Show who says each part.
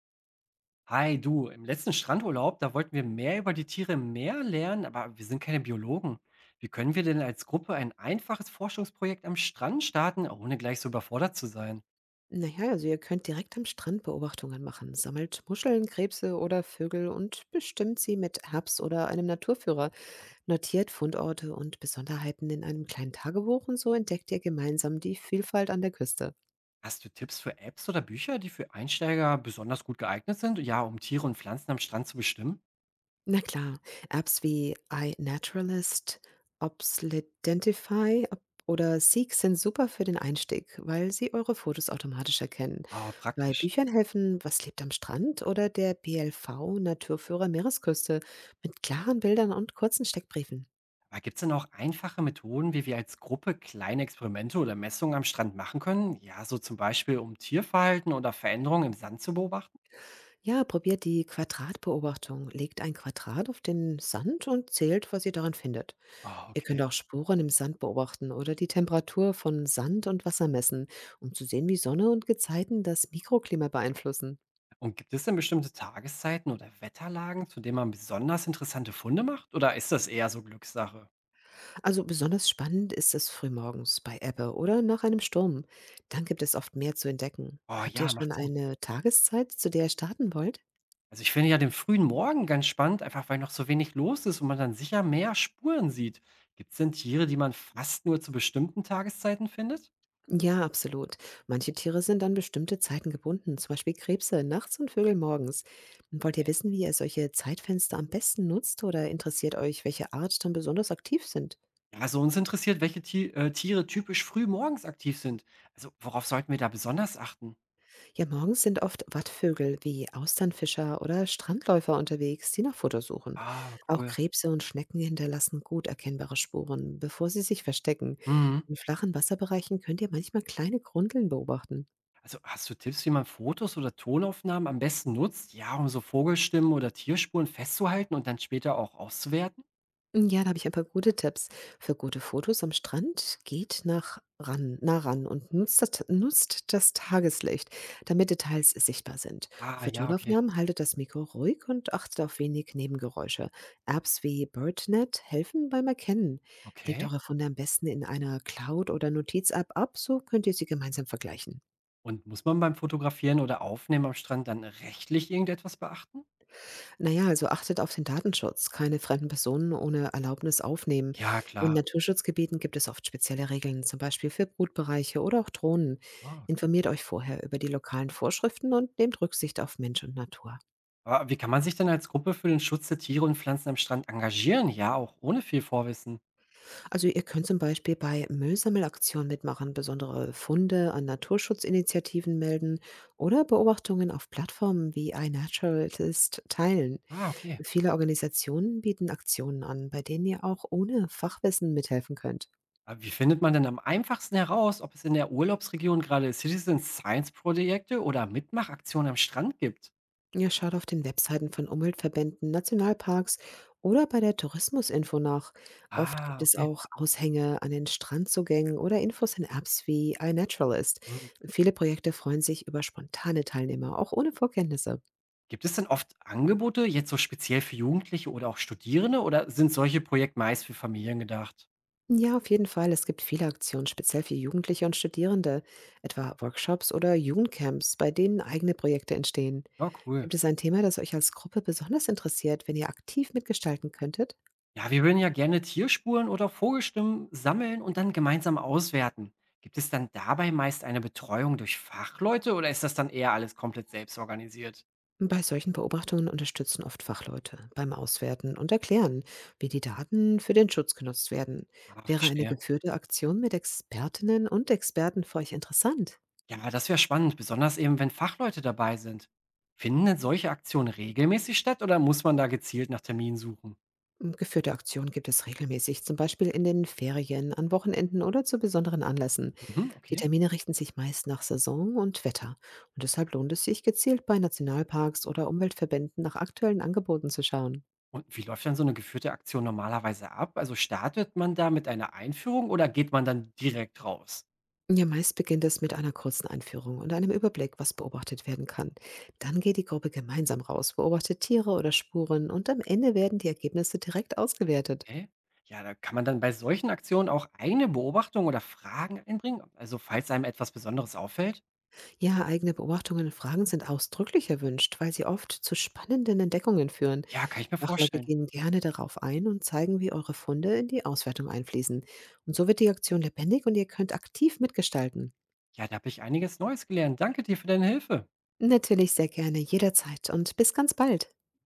Speaker 1: Hi, du, im letzten Strandurlaub, da wollten wir mehr über die Tiere im Meer lernen, aber wir sind keine Biologen. Wie können wir denn als Gruppe ein einfaches Forschungsprojekt am Strand starten, ohne gleich so überfordert zu sein?
Speaker 2: Na ja, also ihr könnt direkt am Strand Beobachtungen machen, sammelt Muscheln, Krebse oder Vögel und bestimmt sie mit Herbst oder einem Naturführer, notiert Fundorte und Besonderheiten in einem kleinen Tagebuch und so entdeckt ihr gemeinsam die Vielfalt an der Küste.
Speaker 1: Hast du Tipps für Apps oder Bücher, die für Einsteiger besonders gut geeignet sind? Ja, um Tiere und Pflanzen am Strand zu bestimmen?
Speaker 2: Na klar, Apps wie iNaturalist, Obsidentify ob oder Seek sind super für den Einstieg, weil sie eure Fotos automatisch erkennen.
Speaker 1: Ah,
Speaker 2: Bei
Speaker 1: praktisch.
Speaker 2: Büchern helfen Was lebt am Strand oder der BLV Naturführer Meeresküste mit klaren Bildern und kurzen Steckbriefen.
Speaker 1: Aber gibt es denn auch einfache Methoden, wie wir als Gruppe kleine Experimente oder Messungen am Strand machen können? Ja, so zum Beispiel, um Tierverhalten oder Veränderungen im Sand zu beobachten?
Speaker 2: Ja, probiert die Quadratbeobachtung. Legt ein Quadrat auf den Sand und zählt, was ihr darin findet.
Speaker 1: Ah,
Speaker 2: Ihr könnt
Speaker 1: okay.
Speaker 2: auch Spuren im Sand beobachten oder die Temperatur von Sand und Wasser messen, um zu sehen, wie Sonne und Gezeiten das Mikroklima beeinflussen.
Speaker 1: Und gibt es denn bestimmte Tageszeiten oder Wetterlagen, zu denen man besonders interessante Funde macht? Oder ist das eher so Glückssache?
Speaker 2: Also besonders spannend ist es frühmorgens bei Ebbe oder nach einem Sturm. Dann gibt es oft mehr zu entdecken.
Speaker 1: Oh
Speaker 2: Habt ihr
Speaker 1: ja,
Speaker 2: schon
Speaker 1: macht Sinn.
Speaker 2: eine Tageszeit, zu der ihr starten wollt?
Speaker 1: Also ich finde ja den frühen Morgen ganz spannend, einfach weil noch so wenig los ist und man dann sicher mehr Spuren sieht. Gibt es denn Tiere, die man fast nur zu bestimmten Tageszeiten findet?
Speaker 2: Ja, absolut. Manche Tiere sind an bestimmte Zeiten gebunden, zum Beispiel Krebse nachts und Vögel morgens. Wollt ihr wissen, wie ihr solche Zeitfenster am besten nutzt oder interessiert euch, welche Art dann besonders aktiv sind?
Speaker 1: Ja, also uns interessiert, welche Ti Tiere typisch früh morgens aktiv sind. Also worauf sollten wir da besonders achten?
Speaker 2: Ja, morgens sind oft Wattvögel wie Austernfischer oder Strandläufer unterwegs, die nach Futter suchen.
Speaker 1: Ah,
Speaker 2: Auch
Speaker 1: cool.
Speaker 2: Krebse und Schnecken hinterlassen gut erkennbare Spuren, bevor sie sich verstecken.
Speaker 1: Mhm.
Speaker 2: In flachen Wasserbereichen könnt ihr manchmal kleine Grundeln beobachten.
Speaker 1: Also hast du Tipps, wie man Fotos oder Tonaufnahmen am besten nutzt? Ja, um so Vogelstimmen oder Tierspuren festzuhalten und dann später auch auszuwerten?
Speaker 2: Ja, da habe ich ein paar gute Tipps. Für gute Fotos am Strand geht nah ran und nutzt das Tageslicht, damit Details sichtbar sind.
Speaker 1: Ah,
Speaker 2: Für
Speaker 1: ja, okay.
Speaker 2: Tonaufnahmen haltet das Mikro ruhig und achtet auf wenig Nebengeräusche. Apps wie BirdNet helfen beim Erkennen. Legt
Speaker 1: Okay.
Speaker 2: eure Funde am besten in einer Cloud- oder Notiz-App ab, so könnt ihr sie gemeinsam vergleichen.
Speaker 1: Und muss man beim Fotografieren oder Aufnehmen am Strand dann rechtlich irgendetwas beachten?
Speaker 2: Na ja, also achtet auf den Datenschutz. Keine fremden Personen ohne Erlaubnis aufnehmen.
Speaker 1: Ja,
Speaker 2: In
Speaker 1: klar.
Speaker 2: Naturschutzgebieten gibt es oft spezielle Regeln, zum Beispiel für Brutbereiche oder auch Drohnen.
Speaker 1: Ah, okay.
Speaker 2: Informiert euch vorher über die lokalen Vorschriften und nehmt Rücksicht auf Mensch und Natur.
Speaker 1: Aber wie kann man sich denn als Gruppe für den Schutz der Tiere und Pflanzen am Strand engagieren? Ja, auch ohne viel Vorwissen.
Speaker 2: Also ihr könnt zum Beispiel bei Müllsammelaktionen mitmachen, besondere Funde an Naturschutzinitiativen melden oder Beobachtungen auf Plattformen wie iNaturalist teilen.
Speaker 1: Ah, okay.
Speaker 2: Viele Organisationen bieten Aktionen an, bei denen ihr auch ohne Fachwissen mithelfen könnt.
Speaker 1: Aber wie findet man denn am einfachsten heraus, ob es in der Urlaubsregion gerade Citizen Science Projekte oder Mitmachaktionen am Strand gibt?
Speaker 2: Ja, schaut auf den Webseiten von Umweltverbänden, Nationalparks oder bei der Tourismusinfo nach. Oft gibt
Speaker 1: Ah,
Speaker 2: es
Speaker 1: okay.
Speaker 2: auch Aushänge an den Strandzugängen oder Infos in Apps wie iNaturalist.
Speaker 1: Mhm.
Speaker 2: Viele Projekte freuen sich über spontane Teilnehmer, auch ohne Vorkenntnisse.
Speaker 1: Gibt es denn oft Angebote jetzt so speziell für Jugendliche oder auch Studierende oder sind solche Projekte meist für Familien gedacht?
Speaker 2: Ja, auf jeden Fall. Es gibt viele Aktionen, speziell für Jugendliche und Studierende, etwa Workshops oder Jugendcamps, bei denen eigene Projekte entstehen.
Speaker 1: Ja, cool.
Speaker 2: Gibt es ein Thema, das euch als Gruppe besonders interessiert, wenn ihr aktiv mitgestalten könntet?
Speaker 1: Ja, wir würden ja gerne Tierspuren oder Vogelstimmen sammeln und dann gemeinsam auswerten. Gibt es dann dabei meist eine Betreuung durch Fachleute oder ist das dann eher alles komplett selbst organisiert?
Speaker 2: Bei solchen Beobachtungen unterstützen oft Fachleute beim Auswerten und erklären, wie die Daten für den Schutz genutzt werden.
Speaker 1: Ah,
Speaker 2: Wäre eine
Speaker 1: verstehe.
Speaker 2: geführte Aktion mit Expertinnen und Experten für euch interessant?
Speaker 1: Ja, das wäre spannend, besonders eben, wenn Fachleute dabei sind. Finden denn solche Aktionen regelmäßig statt oder muss man da gezielt nach Terminen suchen?
Speaker 2: Hm, geführte Aktionen gibt es regelmäßig, zum Beispiel in den Ferien, an Wochenenden oder zu besonderen Anlässen.
Speaker 1: Mhm,
Speaker 2: Die
Speaker 1: okay.
Speaker 2: Termine richten sich meist nach Saison und Wetter. Und deshalb lohnt es sich, gezielt bei Nationalparks oder Umweltverbänden nach aktuellen Angeboten zu schauen.
Speaker 1: Und wie läuft dann so eine geführte Aktion normalerweise ab? Also, startet man da mit einer Einführung oder geht man dann direkt raus?
Speaker 2: Ja, meist beginnt es mit einer kurzen Einführung und einem Überblick, was beobachtet werden kann. Dann geht die Gruppe gemeinsam raus, beobachtet Tiere oder Spuren und am Ende werden die Ergebnisse direkt ausgewertet.
Speaker 1: Okay. Ja, da kann man dann bei solchen Aktionen auch eigene Beobachtungen oder Fragen einbringen, also, falls einem etwas Besonderes auffällt?
Speaker 2: Ja, eigene Beobachtungen und Fragen sind ausdrücklich erwünscht, weil sie oft zu spannenden Entdeckungen führen.
Speaker 1: Ja, kann ich mir
Speaker 2: Fachleute
Speaker 1: vorstellen.
Speaker 2: gehen gerne darauf ein und zeigen, wie eure Funde in die Auswertung einfließen. Und so wird die Aktion lebendig und ihr könnt aktiv mitgestalten.
Speaker 1: Ja, da habe ich einiges Neues gelernt. Danke dir für deine Hilfe.
Speaker 2: Natürlich sehr gerne, jederzeit und bis ganz bald.